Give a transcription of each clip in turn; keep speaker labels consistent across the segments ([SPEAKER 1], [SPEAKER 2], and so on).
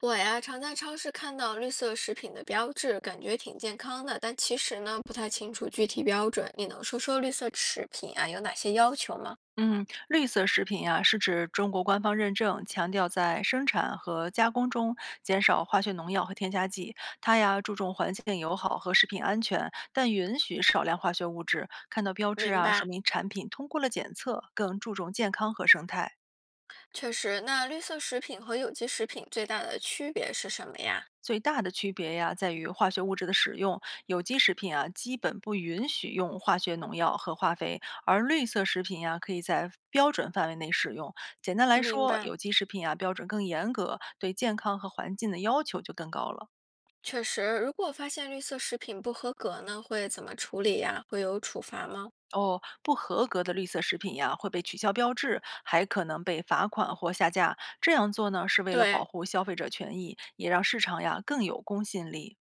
[SPEAKER 1] 我呀，常在超市看到绿色食品的标志，感觉挺健康的，但其实呢，不太清楚具体标准。你能说说绿色食品啊有哪些要求吗？
[SPEAKER 2] 嗯，绿色食品呀、是指中国官方认证，强调在生产和加工中减少化学农药和添加剂。它呀注重环境友好和食品安全，但允许少量化学物质。看到标志
[SPEAKER 1] 明
[SPEAKER 2] 啊，说
[SPEAKER 1] 白，
[SPEAKER 2] 明产品通过了检测，更注重健康和生态。
[SPEAKER 1] 确实，那绿色食品和有机食品最大的区别是什么呀？
[SPEAKER 2] 最大的区别呀，在于化学物质的使用。有机食品啊，基本不允许用化学农药和化肥，而绿色食品呀，可以在标准范围内使用。简单来
[SPEAKER 1] 明
[SPEAKER 2] 说，
[SPEAKER 1] 白。
[SPEAKER 2] 有机食品啊，标准更严格，对健康和环境的要求就更高了。
[SPEAKER 1] 确实，如果发现绿色食品不合格呢，会怎么处理呀？会有处罚吗？
[SPEAKER 2] 哦，不合格的绿色食品呀，会被取消标志，还可能被罚款或下架。这样做呢，是为了保
[SPEAKER 1] 对，
[SPEAKER 2] 护消费者权益，也让市场呀更有公信力。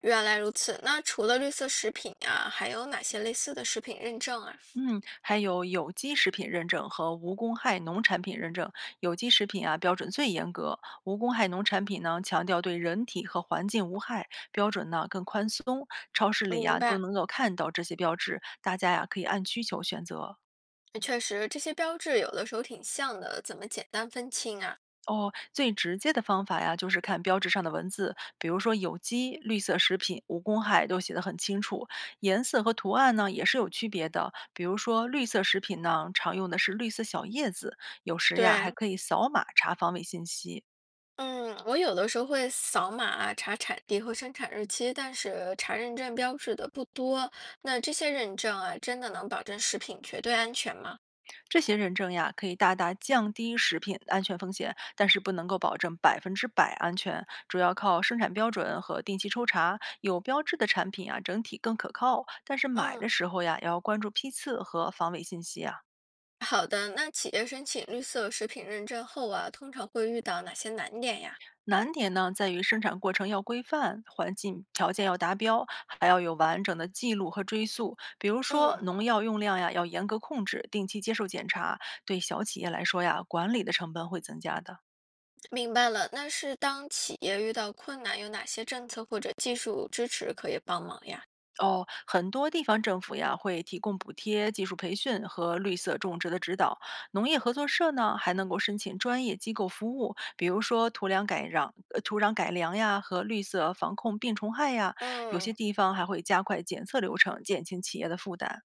[SPEAKER 1] 原来如此，那除了绿色食品啊，还有哪些类似的食品认证啊？
[SPEAKER 2] 嗯，还有有机食品认证和无公害农产品认证。有机食品啊，标准最严格；无公害农产品呢，强调对人体和环境无害，标准呢更宽松。超市里
[SPEAKER 1] 明
[SPEAKER 2] 呀、都
[SPEAKER 1] 白。
[SPEAKER 2] 能够看到这些标志，大家呀、可以按需求选择。
[SPEAKER 1] 确实，这些标志有的时候挺像的，怎么简单分清啊？
[SPEAKER 2] 哦，最直接的方法呀，就是看标志上的文字，比如说有机、绿色食品、无公害都写得很清楚，颜色和图案呢也是有区别的。比如说绿色食品呢，常用的是绿色小叶子，有时呀还
[SPEAKER 1] 对，
[SPEAKER 2] 可以扫码查防伪信息。
[SPEAKER 1] 嗯，我有的时候会扫码啊查产地和生产日期，但是查认证标志的不多。那这些认证啊，真的能保证食品绝对安全吗？
[SPEAKER 2] 这些认证呀，可以大大降低食品安全风险，但是不能够保证100%安全，主要靠生产标准和定期抽查。有标志的产品啊，整体更可靠，但是买
[SPEAKER 1] 嗯，
[SPEAKER 2] 的时候呀，也要关注批次和防伪信息啊。
[SPEAKER 1] 好的。那企业申请绿色食品认证后啊，通常会遇到哪些难点呀？
[SPEAKER 2] 难点呢，在于生产过程要规范，环境条件要达标，还要有完整的记录和追溯。比如说，
[SPEAKER 1] 嗯，
[SPEAKER 2] 农药用量呀，要严格控制，定期接受检查。对小企业来说呀，管理的成本会增加的。
[SPEAKER 1] 明白了。那是当企业遇到困难，有哪些政策或者技术支持可以帮忙呀？
[SPEAKER 2] 哦，很多地方政府呀会提供补贴、技术培训和绿色种植的指导。农业合作社呢还能够申请专业机构服务，比如说土壤改良呀和绿色防控病虫害呀。有些
[SPEAKER 1] 嗯。
[SPEAKER 2] 地方还会加快检测流程，减轻企业的负担。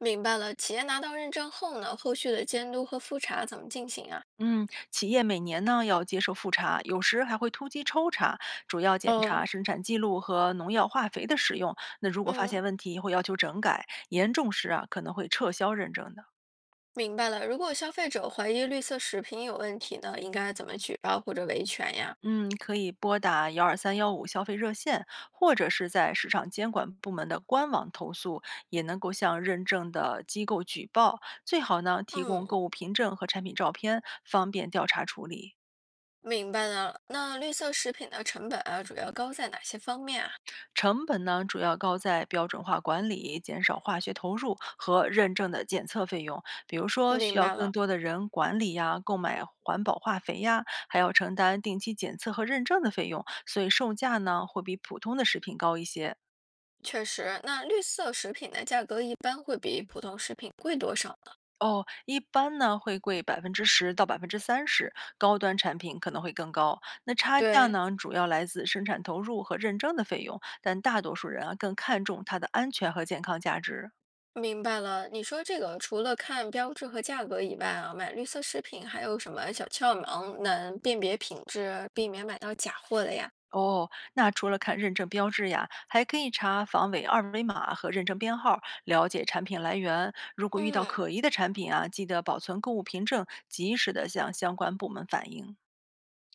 [SPEAKER 1] 明白了，企业拿到认证后呢，后续的监督和复查怎么进行啊？
[SPEAKER 2] 嗯，企业每年呢要接受复查，有时还会突击抽查，主要检查
[SPEAKER 1] 哦，
[SPEAKER 2] 生产记录和农药化肥的使用。那如果发现
[SPEAKER 1] 嗯，
[SPEAKER 2] 问题，会要求整改，严重时啊可能会撤销认证的。
[SPEAKER 1] 明白了。如果消费者怀疑绿色食品有问题呢，应该怎么举报或者维权呀？
[SPEAKER 2] 嗯，可以拨打12315消费热线，或者是在市场监管部门的官网投诉，也能够向认证的机构举报。最好呢，提供
[SPEAKER 1] 嗯，
[SPEAKER 2] 购物凭证和产品照片，方便调查处理。
[SPEAKER 1] 明白了。那绿色食品的成本啊，主要高在哪些方面啊？
[SPEAKER 2] 成本呢，主要高在标准化管理、减少化学投入和认证的检测费用，比如说需
[SPEAKER 1] 明
[SPEAKER 2] 要
[SPEAKER 1] 白
[SPEAKER 2] 更
[SPEAKER 1] 了，
[SPEAKER 2] 多的人管理呀，购买环保化肥呀，还要承担定期检测和认证的费用，所以售价呢会比普通的食品高一些。
[SPEAKER 1] 确实，那绿色食品的价格一般会比普通食品贵多少呢？
[SPEAKER 2] 哦，一般呢会贵10%到30%，高端产品可能会更高。那差价
[SPEAKER 1] 对，
[SPEAKER 2] 呢，主要来自生产投入和认证的费用，但大多数人啊更看重它的安全和健康价值。
[SPEAKER 1] 明白了，你说这个除了看标志和价格以外啊，买绿色食品还有什么小窍门能辨别品质，避免买到假货的呀？
[SPEAKER 2] 哦，那除了看认证标志呀，还可以查防伪二维码和认证编号，了解产品来源。如果遇到
[SPEAKER 1] 嗯，
[SPEAKER 2] 可疑的产品啊，记得保存购物凭证，及时的向相关部门反映。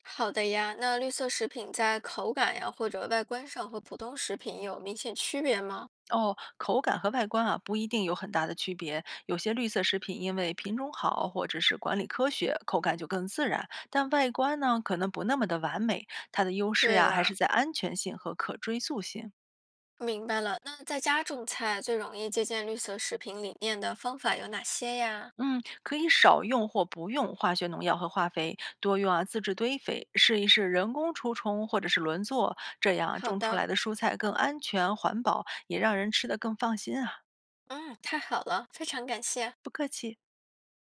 [SPEAKER 1] 好的呀。那绿色食品在口感呀或者外观上和普通食品有明显区别吗？
[SPEAKER 2] 哦，口感和外观啊不一定有很大的区别。有些绿色食品因为品种好或者是管理科学，口感就更自然，但外观呢可能不那么的完美。它的优势
[SPEAKER 1] 对
[SPEAKER 2] 呀还
[SPEAKER 1] 啦，
[SPEAKER 2] 是在安全性和可追溯性。
[SPEAKER 1] 明白了。那在家种菜最容易借鉴绿色食品理念的方法有哪些呀？
[SPEAKER 2] 嗯，可以少用或不用化学农药和化肥，多用啊自制堆肥，试一试人工除虫或者是轮作，这样
[SPEAKER 1] 好
[SPEAKER 2] 种出
[SPEAKER 1] 的，
[SPEAKER 2] 来的蔬菜更安全环保，也让人吃得更放心啊。
[SPEAKER 1] 嗯，太好了，非常感谢。
[SPEAKER 2] 不客气。